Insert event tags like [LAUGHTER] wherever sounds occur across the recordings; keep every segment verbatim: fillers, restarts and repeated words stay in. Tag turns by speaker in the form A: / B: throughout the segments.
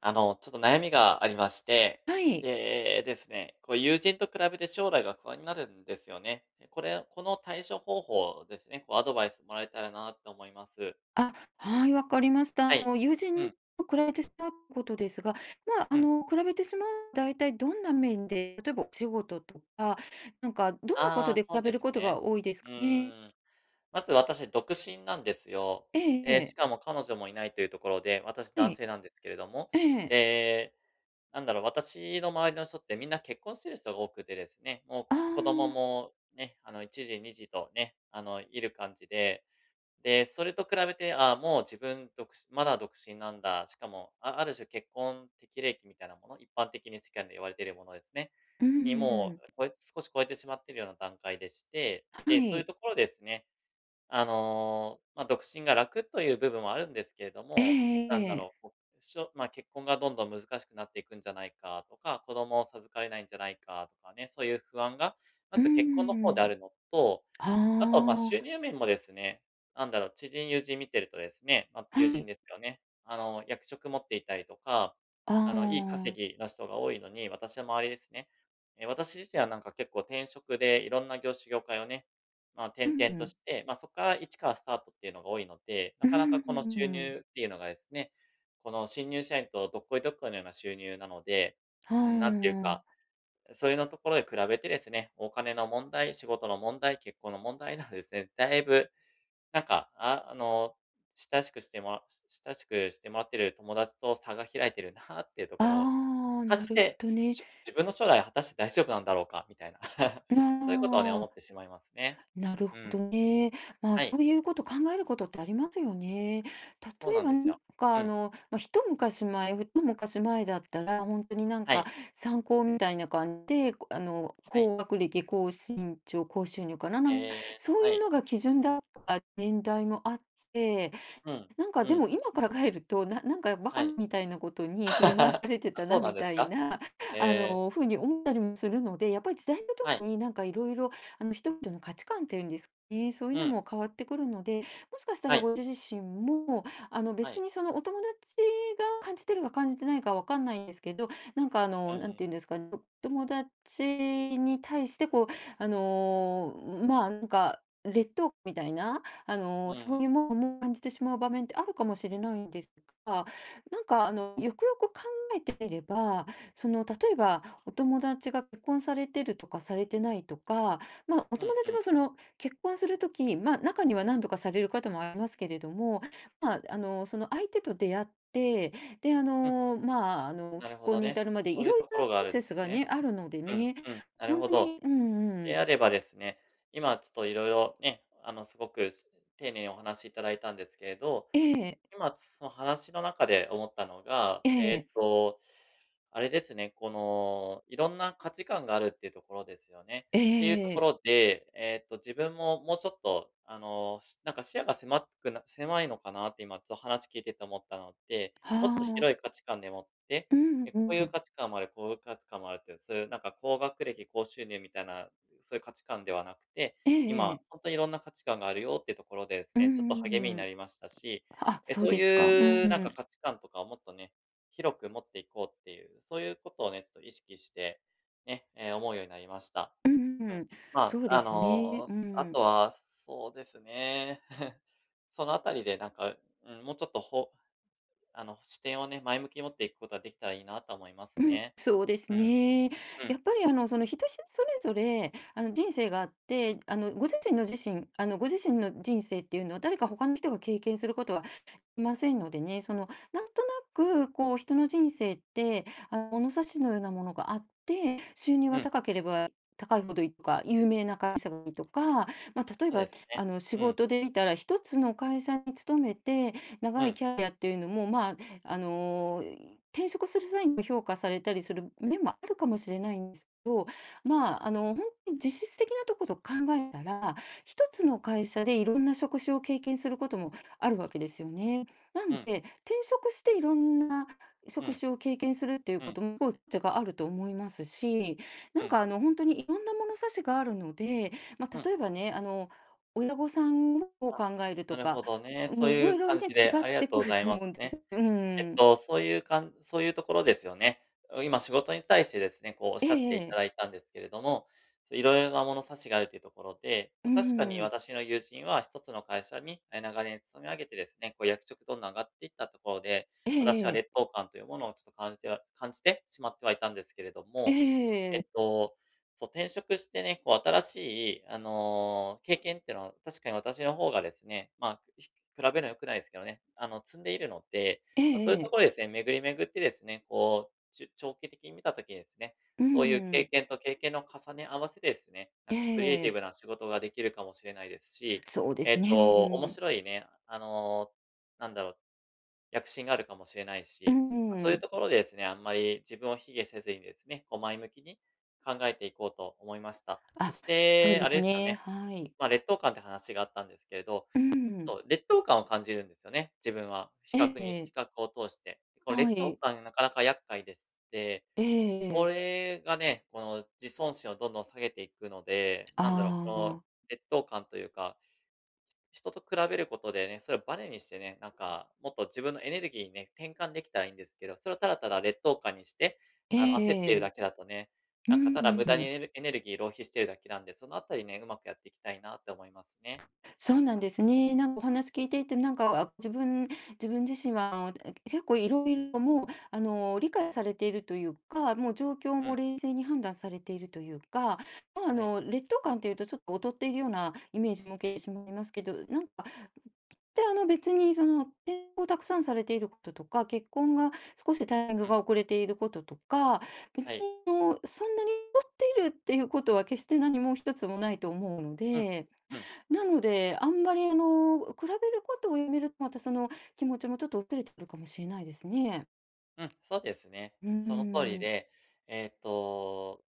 A: あの、ちょっと悩みがありまして、
B: はい。
A: でですね、こう友人と比べて将来が不安になるんですよね。でこれ、この対処方法ですね、こうアドバイスもらえたらなと思います。
B: あ、はい、わかりまし
A: は
B: た。あ
A: い。
B: の、友
A: う
B: 人
A: ん、
B: と比べてしまうことですが、まあ、あ
A: うん。
B: の、比べてしまう、大体どんな面で、例えばお仕事とか、なんか、どんなこと
A: ああ、
B: で比
A: そうで
B: べる
A: す
B: こと
A: ね。
B: が多いです
A: う
B: かね？
A: ーん。まず私、独身なんですよ。
B: えええ
A: え、しか
B: え。
A: も彼女もいないというところで、私
B: は
A: 男
B: い。
A: 性なんですけれども。
B: ええ。
A: でなんだろう、私の周りの人ってみんな結婚してる人が多くてですね、も
B: あ
A: う子供
B: あ、
A: もね、あのいちじ、にじとね、あのいる感じで、で、それと比べて、ああ、もう自分独身まだ独身なんだ。しかも、あある種結婚適齢期みたいなもの、一般的に世間で言われているものですね、
B: う
A: にも
B: ん。
A: う、こえ少し超えてしまっているような段階でして、
B: は
A: で、そういう
B: い。
A: ところですね。あの、まあ、独身が楽という部分もあるんですけれど
B: え
A: も、
B: え
A: なん
B: え
A: だろう、
B: え。
A: こう、しょまあ、結婚がどんどん難しくなっていくんじゃないかとか、子供を授かれないんじゃないかとかね、そういう不安が、ま
B: うー
A: ず結婚の方であ
B: ん。
A: るのと、あと、まあ、
B: あ
A: 収入面もですね、なんだろう、知人、友人見てるとですね、まあ、
B: あ、
A: 友
B: は
A: 人
B: い。
A: ですよね。あの、役職持っていたりとか、
B: あ
A: あの、いい
B: あ、
A: 稼ぎの人が多いのに、私の周りですね。え、私自身はなんか結構転職でいろんな業種、業界をね、まあ、
B: う
A: 転々と
B: ん。
A: して、まあ、そこから一からスタートっていうのが多いので、な
B: うー
A: かなかこの収
B: ん。
A: 入っていうのがですね、この新入社員とどっこいどっこいのような収入なので、
B: あ
A: うん、なんていうかそういうのところで比べてですね、お金の問題、仕事の問題、結婚の問題などですね、だいぶ、なんか、ああの、親しくしてもら親しくしてもらってる友達と差が開いてるなっていうと
B: あ、
A: ころを
B: ああ、
A: 感
B: な
A: じ
B: るほ
A: て、
B: どね。
A: しょ自分の将来果たして大丈夫なんだろうかみたいな。
B: あ
A: [LAUGHS] そういうことをね、思
B: あ。
A: ってしまいますね。
B: なるほ
A: う
B: ど
A: ん。
B: ね。まあ、
A: は
B: そ
A: い。
B: ういうこと、考えることってありますよね。
A: そう
B: 例え
A: なん
B: ば、
A: で
B: な
A: す
B: ん
A: よ。
B: か、
A: う
B: あ
A: ん。
B: の、まあ、一昔前、二昔前だったら、本当になん
A: は
B: か、
A: い。
B: 参考みたいな感じで、こあの、
A: はい。
B: 高学歴、高身長、高収入かな、なんか
A: え
B: そ
A: ー、
B: う
A: は
B: いう
A: い。
B: のが基準だった年代もあって、
A: うん。
B: なんか
A: う
B: で
A: ん。
B: も今から帰ると、ななんかバ
A: は
B: カ
A: い。
B: みたいなことに振り回さ
A: [LAUGHS]
B: れて
A: あ、
B: た
A: そ
B: な
A: うなん
B: み
A: です
B: たい
A: か？
B: な、[LAUGHS] あ
A: ええ、
B: の、風に思ったりもするので、やっぱり時代とと
A: はい。
B: もになんかいろいろ、あの、人々の価値観っていうんですかね、そういう
A: う
B: の
A: ん。
B: も変わってくるので、もしかした
A: は
B: ら
A: い。
B: ご自身も、あの、
A: は
B: 別
A: い。
B: にそのお友達が感じてるか感じてないかわかんないんですけど、なんかあ
A: う
B: の、なんてい
A: ん、
B: うんですかね、お友達に対してこう、あの、まあなんか、劣等感みたいなあ
A: う
B: の、そ
A: ん、
B: ういうものも感じてしまう場面ってあるかもしれないんですが、なんか、あの、よくよく考えてみれば、その、例えば、お友達が結婚されてるとかされてないとか、まあ、お
A: う
B: 友
A: ん、う
B: 達
A: ん、
B: もその、結婚するとき、まあ、中には何度かされる方もありますけれども、まあ、あの、その相手と出会って、で、あ
A: うん、
B: の、まあ、あの、
A: なる
B: 結
A: ほど
B: 婚に
A: ね。
B: 至るまで
A: そ
B: い
A: ういう
B: ろい
A: と
B: ろ
A: こ
B: な
A: ろ
B: プ
A: があ
B: ロ
A: るん
B: セ
A: で
B: ス
A: す
B: が
A: ね。
B: ね、あるので
A: うん、
B: ね、
A: うん、なる
B: 本
A: ほ
B: 当
A: ど。
B: に、うんう
A: で
B: ん、
A: あればですね、今ちょっといろいろね、あの、すごくし丁寧にお話しいただいたんですけれど、
B: ええ、
A: 今その話の中で思ったのが、
B: え
A: え
B: え、
A: っとあれですね、この、いろんな価値観があるっていうところですよね。
B: え
A: っていうとこ
B: え、
A: ろで、えっと、自分ももうちょっと、あの、しなんか視野が狭くな狭いのかなって今ちょっと話聞いてて思ったので、
B: は
A: もっと広い
B: あ。
A: 価値観でもって、
B: うん
A: え、
B: う
A: こういう
B: ん。
A: 価値観もある、こういう価値観もあるっていう、そういうなんか高学歴、高収入みたいな、そういう価値観ではなくて、
B: えええ
A: 今、
B: え。
A: ほんとにいろんな価値観があるよっていうところでです
B: う
A: ね、ちょっと
B: んう
A: 励みに
B: んう
A: な
B: ん。
A: りましたし、
B: あ、
A: え、
B: そう
A: そう
B: ですか。う
A: いうなん
B: ん。
A: か価値観とかをもっとね、広く持っていこうっていう、そういうことをね、ちょっと意識して、ね、えー思うようになりました。
B: うん
A: う
B: う
A: ん。
B: ん。
A: ま
B: そう
A: あ、
B: で
A: あ
B: すね。
A: の、
B: う
A: あ
B: ん。
A: とは、そうですね。[LAUGHS] そのあたりでなんか、うん、もうちょっとほあの、視点をね、前向きに持っていくことができたらいいなと思います
B: うん、
A: ね。
B: そうです
A: うん、
B: ね。
A: う
B: や
A: ん、
B: っぱりあの、その人それぞれ、あの、人生があって、あの、ご自身の自身あの、ご自身の人生っていうのは、誰か他の人が経験することはませんのでね、その、なんとなく、こう、人の人生って、あの、物差しのようなものがあって、収入
A: う
B: は
A: ん、
B: 高ければ高いほどいいとか、有名な会社がいいとか、まあ、例え
A: そうで
B: ば、
A: すね。
B: あの、仕
A: うん、
B: 事で見たら、一つの会社に勤めて、
A: う
B: 長い
A: ん、
B: キャリアっていうのも、まあ、あの転職する際にも評価されたりする面もあるかもしれないんですけど、まあ、あの、本当に実質的なところを考えたら、一つの会社でいろんな職種を経験することもあるわけですよね。なん
A: うん、
B: で、転職していろんな
A: うん、
B: 職種を経験するっていう
A: う
B: こ
A: ん、
B: とも、こうちがあると思いますし、な
A: う
B: ん
A: ん、
B: かあの、本当にいろんな物差しがあるので、まあ、
A: うん。
B: 例えばね、あの、親御さんを
A: あ、
B: 考える
A: な
B: と
A: る
B: か、
A: ほどね。
B: う
A: そう
B: ん、い
A: い
B: ろ
A: う
B: いろ
A: 感
B: ね、
A: じで、
B: 違っ
A: ありが
B: て
A: とう
B: く
A: ご
B: る
A: ざい
B: と
A: ま
B: 思う
A: す
B: んで
A: ね。
B: す。う
A: えっ
B: ん。
A: と、そういうかんそういうところですよね。今仕事に対してですね、こうおっ
B: え
A: しゃっ
B: え
A: ていた
B: ええ。
A: だいたんですけれども、いろいろな物差しがあるというところで、
B: う
A: ま、確かに
B: ん。
A: 私の友人は一つの会社に、え、長年勤め上げてですね、こう役職どんどん上がっていったところで、
B: え
A: 私
B: ええ
A: は
B: え。
A: 劣等感というものをちょっと感じては感じてしまってはいたんですけれど
B: え
A: も、
B: え
A: え
B: え
A: っ
B: え。
A: と、そう、転職してね、こう新しいあの、経験っていうのは確かに私の方がですね、まあ、ひ比べるのは良くないですけどね、あの、積んでいるので、
B: え
A: ま、そういうと
B: え
A: ころですね、巡り巡ってですね、こう、ちゅ長期的に見た時にですね、
B: う
A: そういう経
B: ん。
A: 験と経験の重ね合わせでですね、なんかクリエイティ
B: え
A: ブ
B: え
A: な仕事ができるかもしれないですし、
B: そうで
A: え
B: す
A: っ
B: ね、う
A: と、面
B: ん。
A: 白いね、あの、なんだろう、躍進があるかもしれない
B: う
A: し、ま、そういう
B: ん。
A: ところでですね、あんまり自分を卑下せずにですね、こう前向きに考えていこうと思いました。そ
B: あ、
A: し
B: そう
A: て、
B: で
A: あれ
B: す
A: ですよ
B: ね、
A: ね、
B: はい。
A: ま、劣等感って話があったんですけれど、
B: うん。
A: そう、劣等感を感じるんですよね、自分は。比
B: え
A: 較に比
B: え。
A: 較を通して。この
B: は
A: 劣等
B: い。
A: 感がなかなか厄介でして、
B: ええ
A: こ
B: ええ。
A: れがね、この自尊心をどんどん下げていくので、
B: あ
A: なんだろう、この
B: あ。
A: 劣等感というか、人と比べることでね、それをバネにしてね、なんかもっと自分のエネルギーにね、転換できたらいいんですけど、それをただただ劣等感にして、
B: え
A: あの、焦っているだ
B: え
A: けだとね、
B: ええ。う
A: なんかただ無駄に
B: ん。
A: エネルエネルギー浪費してるだけなんで、そのあたりね、うまくやっていきたいなって思いますね。
B: そうなんですね。なんかお話聞いていて、なんか、あ、自分自分自身は、え、結構いろいろもう、あの、理解されているというか、もう状況
A: う
B: も
A: ん。
B: 冷静に判断されているというか、まあ、あ
A: はい。
B: の、劣等感というとちょっと劣っているようなイメージも受けてしまいますけど、なんかで、あの、別にその、転校をたくさんされていることとか、結婚が少しタイミング
A: うん。
B: が遅れていることとか、
A: は
B: 別
A: い。
B: にあの、そんなに劣っているっていうことは決して何も一つもないと思うの
A: うん、
B: で、
A: うん、
B: なので、あんまりあの、比べることをやめると、またその気持ちもちょっと薄れてくるかもしれないですね。
A: うん、そうですね。
B: うー
A: その通り
B: ん。
A: で、えっと、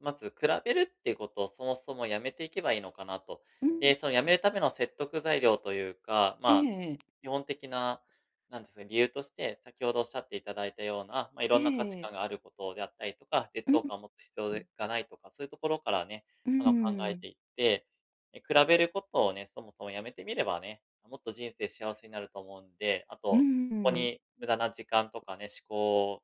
A: まず比べるっていうことをそもそもやめていけばいいのかなと。
B: う
A: で、
B: ん。
A: そのやめるための説得材料というか、ま
B: え
A: あ、
B: え
A: 基本的な、なんですか、理由として、先ほどおっしゃっていただいたような、まあ、いろ
B: え
A: んな価値観
B: え。
A: があることであったりとか、劣
B: う
A: 等
B: ん、
A: 感を持つ必要がないとか、そういうところからね、
B: う
A: あの、考え
B: ん。
A: ていって、え、比べることをね、そもそもやめてみればね、もっと人生幸せになると思うんで、あ
B: う
A: とこ
B: ん。
A: に無駄な時間とかね、思考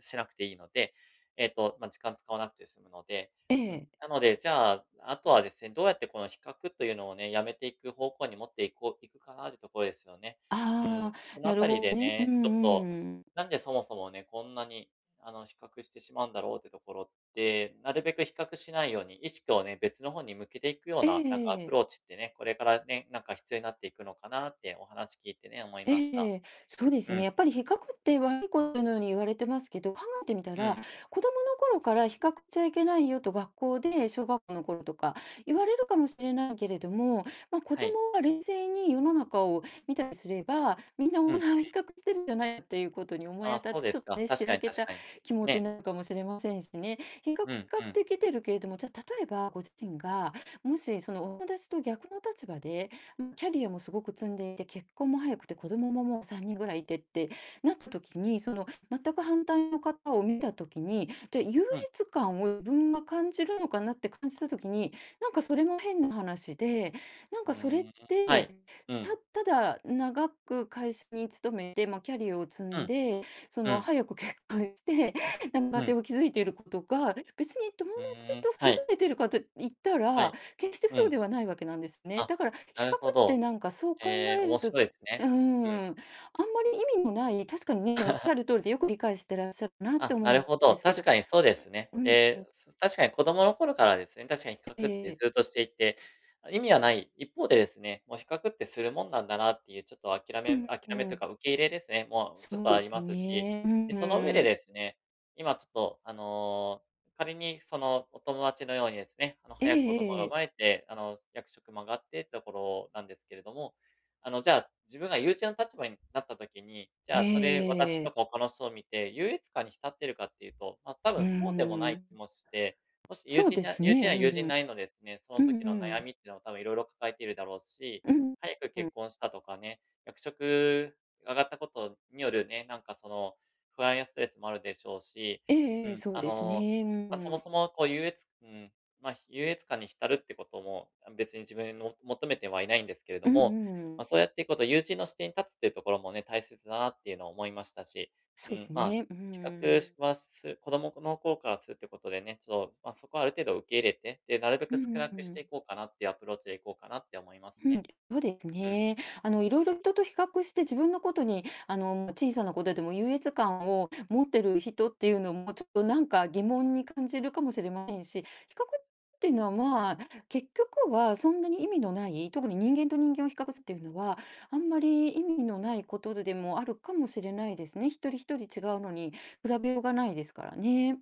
A: しなくていいので、えっと、ま、時間使わなくて済むので、
B: え
A: うん。
B: え。
A: なので、じゃあ、あとはですね、どうやってこの比較というのをね、やめていく方向に持っていこういくかなってところですよね。う
B: あ
A: ん。
B: あ、
A: そのあ
B: なる
A: たり
B: ほ
A: で
B: どね。う
A: ね、ちょっと、
B: んうん。
A: なんでそもそもね、こんなに、あの、比較してしまうんだろうってところって、なるべく比較しないように、意識をね、別の方に向けていくよう
B: え
A: な、なんかアプ
B: え。
A: ローチってね、これからね、なんか必要になっていくのかなってお話聞いてね、思いました。
B: ええ、そうです
A: う
B: ね。
A: ん。
B: やっぱり比較って悪いことのように言われてますけど、考えてみた
A: う
B: ら、
A: ん、
B: 子供の頃から比較しちゃいけないよと学校で小学校の頃とか言われるかもしれないけれども、まあ、子
A: は
B: 供
A: い。
B: は冷静に世の中を見たりすれば、みんな
A: う
B: 同
A: ん。
B: じ比較してるじゃないっていうことに思い
A: ああ、
B: 当たっ
A: そう
B: て、
A: で
B: ちょ
A: す
B: っと
A: か。
B: ね、
A: 確
B: し
A: か
B: ら
A: に
B: け
A: 確
B: た
A: かに。
B: 気持ちに
A: ね。
B: なるかもしれませんしね。比較比
A: うん、う
B: 較
A: ん、
B: できてるけれども、じゃ、例えばご自身が、もしその友達と逆の立場でまキャリアもすごく積んでいて、結婚も早くて子供ももうさんにんぐらいいてってなった時に、その全く反対の方を見た時に、じゃ、優
A: うん。
B: 越感を自分が感じるのかなって感じた時に、なんかそれも変な話で、なん
A: う
B: かそれっ
A: ーん、はい。
B: て、
A: う
B: た
A: ん、
B: ただ長く会社に勤めて、まあ、キャリアを積
A: う
B: ん
A: ん、
B: でそ
A: う
B: の、
A: ん、
B: 早く結婚して、[LAUGHS] なんか
A: う
B: 家
A: ん。
B: 庭を築いていることが別に友
A: う
B: 達
A: ーん、は
B: と優
A: い、
B: れてるかと言った
A: は
B: ら、
A: い。
B: 決して
A: う
B: そうで
A: ん。
B: はないわけなんですね。
A: あ、
B: だから比
A: なる
B: 較
A: ほ
B: って
A: ど。
B: なんかそう考
A: ええ、
B: え
A: 面
B: ると、う
A: 白いです
B: ー
A: ね。う
B: ん、
A: ん。
B: あんまり意味のない、確かにね、おっし
A: [LAUGHS]
B: ゃる通りでよく理解してらっしゃるなって
A: あ、な
B: 思う
A: る
B: ん
A: ほ
B: で
A: ど。
B: すけ
A: 確
B: ど、
A: かにそうですね。
B: うん、
A: で、す確かに子供の頃からですね、確かに比
B: え
A: 較って
B: え、
A: ずっとしていて、あ、意味はない一方でですね、もう比較ってするもんなんだなっていうちょっと諦
B: う
A: め
B: ん
A: 諦
B: う
A: めという
B: ん、
A: か受け入れですね、もうちょっ
B: そう
A: とあ
B: で
A: り
B: す
A: ますし、
B: ね。うん
A: で、その上
B: う
A: で
B: ん。
A: ですね、今ちょっとあの、仮にそのお友達のようにですね、あの、
B: え
A: 早く子
B: え
A: 供が
B: え
A: 生まれ
B: え。
A: て、あの、役職も上がってってところなんですけれども、あの、じゃあ、自分が友人の立場になった時に、じゃ
B: え
A: あ、それ私と
B: え。
A: か他の人を見て、優越感に浸ってるかっていうと、まあ、多
B: うー
A: 分そうでもない
B: ん。
A: 気もして、もし友
B: そう
A: 人
B: で
A: な
B: す
A: 友
B: ね、う
A: 人は友人
B: ん。
A: なりのですね、その
B: う
A: 時
B: んう
A: の悩
B: ん。
A: みっていうのを多分いろいろ抱えているだろうし、
B: うん。
A: 早く
B: うん。
A: 結婚したとかね、役職上がったことによるね、なんかその、不安やストレスもあるでしょうし、
B: ええ
A: う
B: ええ、
A: ん、
B: そう
A: あ
B: です
A: の、
B: ね。う
A: まあ、そも
B: ん。
A: そもこう優越うん、まあ、優越感に浸るってことも、別に自分も求めてはいないんですけれど
B: うん
A: も、
B: う
A: ま
B: ん。
A: あ、そうやってこうと友人の視点に立つっていうところもね、大切だなっていうのを思いましたし、
B: そう
A: う
B: で
A: ん、
B: す
A: まあ、
B: ね。う
A: 比較し
B: ん。
A: はする子供の頃からするってことでね、ちょっと、まあ、そこはある程度受け入れて、で、なるべ
B: う
A: く少な
B: んう
A: くして
B: ん。
A: いこうかなっていうアプローチでいこうかなって思います
B: うん
A: ね。
B: そうです
A: うん、
B: ね。あの、いろいろ人と比較して自分のことに、あの、小さなことでも優越感を持ってる人っていうのも、ちょっとなんか疑問に感じるかもしれませんし、比較っていうのは、まあ、結局はそんなに意味のない、特に人間と人間を比較するっていうのは、あんまり意味のないことでもあるかもしれないですね。一人一人違うのに比べようがないですからね。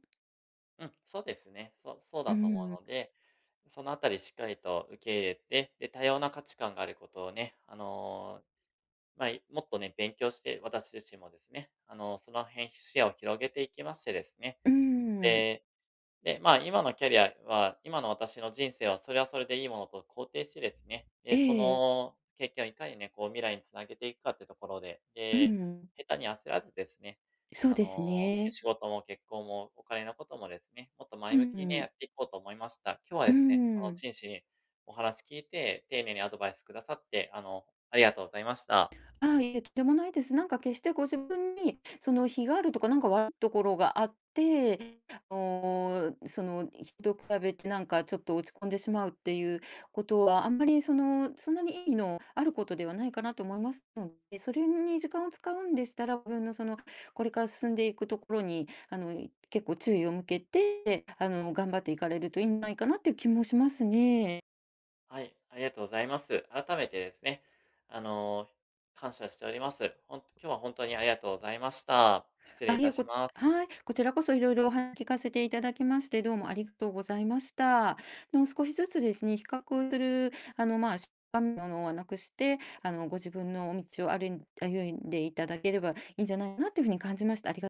A: うん、そうですね。そうそう
B: う
A: だと思
B: ん、
A: うので、そのあたりしっかりと受け入れて、で、多様な価値観があることをね、あの、まあ、いもっとね、勉強して、私自身もですね、あの、その辺視野を広げていきましてですね、
B: うん、
A: でで、まあ、今のキャリアは、今の私の人生はそれはそれでいいものと肯定してですね、
B: え
A: で、そ
B: え、
A: の経験をいかにね、こう未来につなげていくかってところで、
B: う
A: で、
B: ん、
A: 下手に焦らずですね、
B: そう
A: あ
B: で
A: の、
B: すね。
A: 仕事も結婚もお金のこともですね、もっと
B: う
A: 前向きにね、や
B: ん、
A: っていこうと思いました。今日は
B: う
A: ですね、あの、
B: ん。
A: 真摯にお話聞いて、丁寧にアドバイスくださって、あの、ありがとうございました。
B: ああ、いえ、とんでもないです。なんか決してご自分に、その、非があるとか、なんか悪いところがあって、あの、その、人と比べてなんかちょっと落ち込んでしまうっていうことは、あんまり、その、そんなに意義のあることではないかなと思いますので、それに時間を使うんでしたら、自分のその、これから進んでいくところに、あの、結構注意を向けて、あの、頑張っていかれるといいんじゃないかなっていう気もしますね。
A: はい、ありがとうございます。改めてですね、あの、感謝しております。ほんと今日は本当にありがとうございました。失礼
B: あ、
A: い
B: い
A: た
B: え、
A: し
B: こ
A: ます。
B: はい、こちらこそいろいろお話聞かせていただきまして、どうもありがとうございました。の、少しずつですね、比較する、あの、ま、あしものはなくして、あの、ご自分の道を歩ん歩んでいただければいいんじゃないかなというふうに感じました。ありが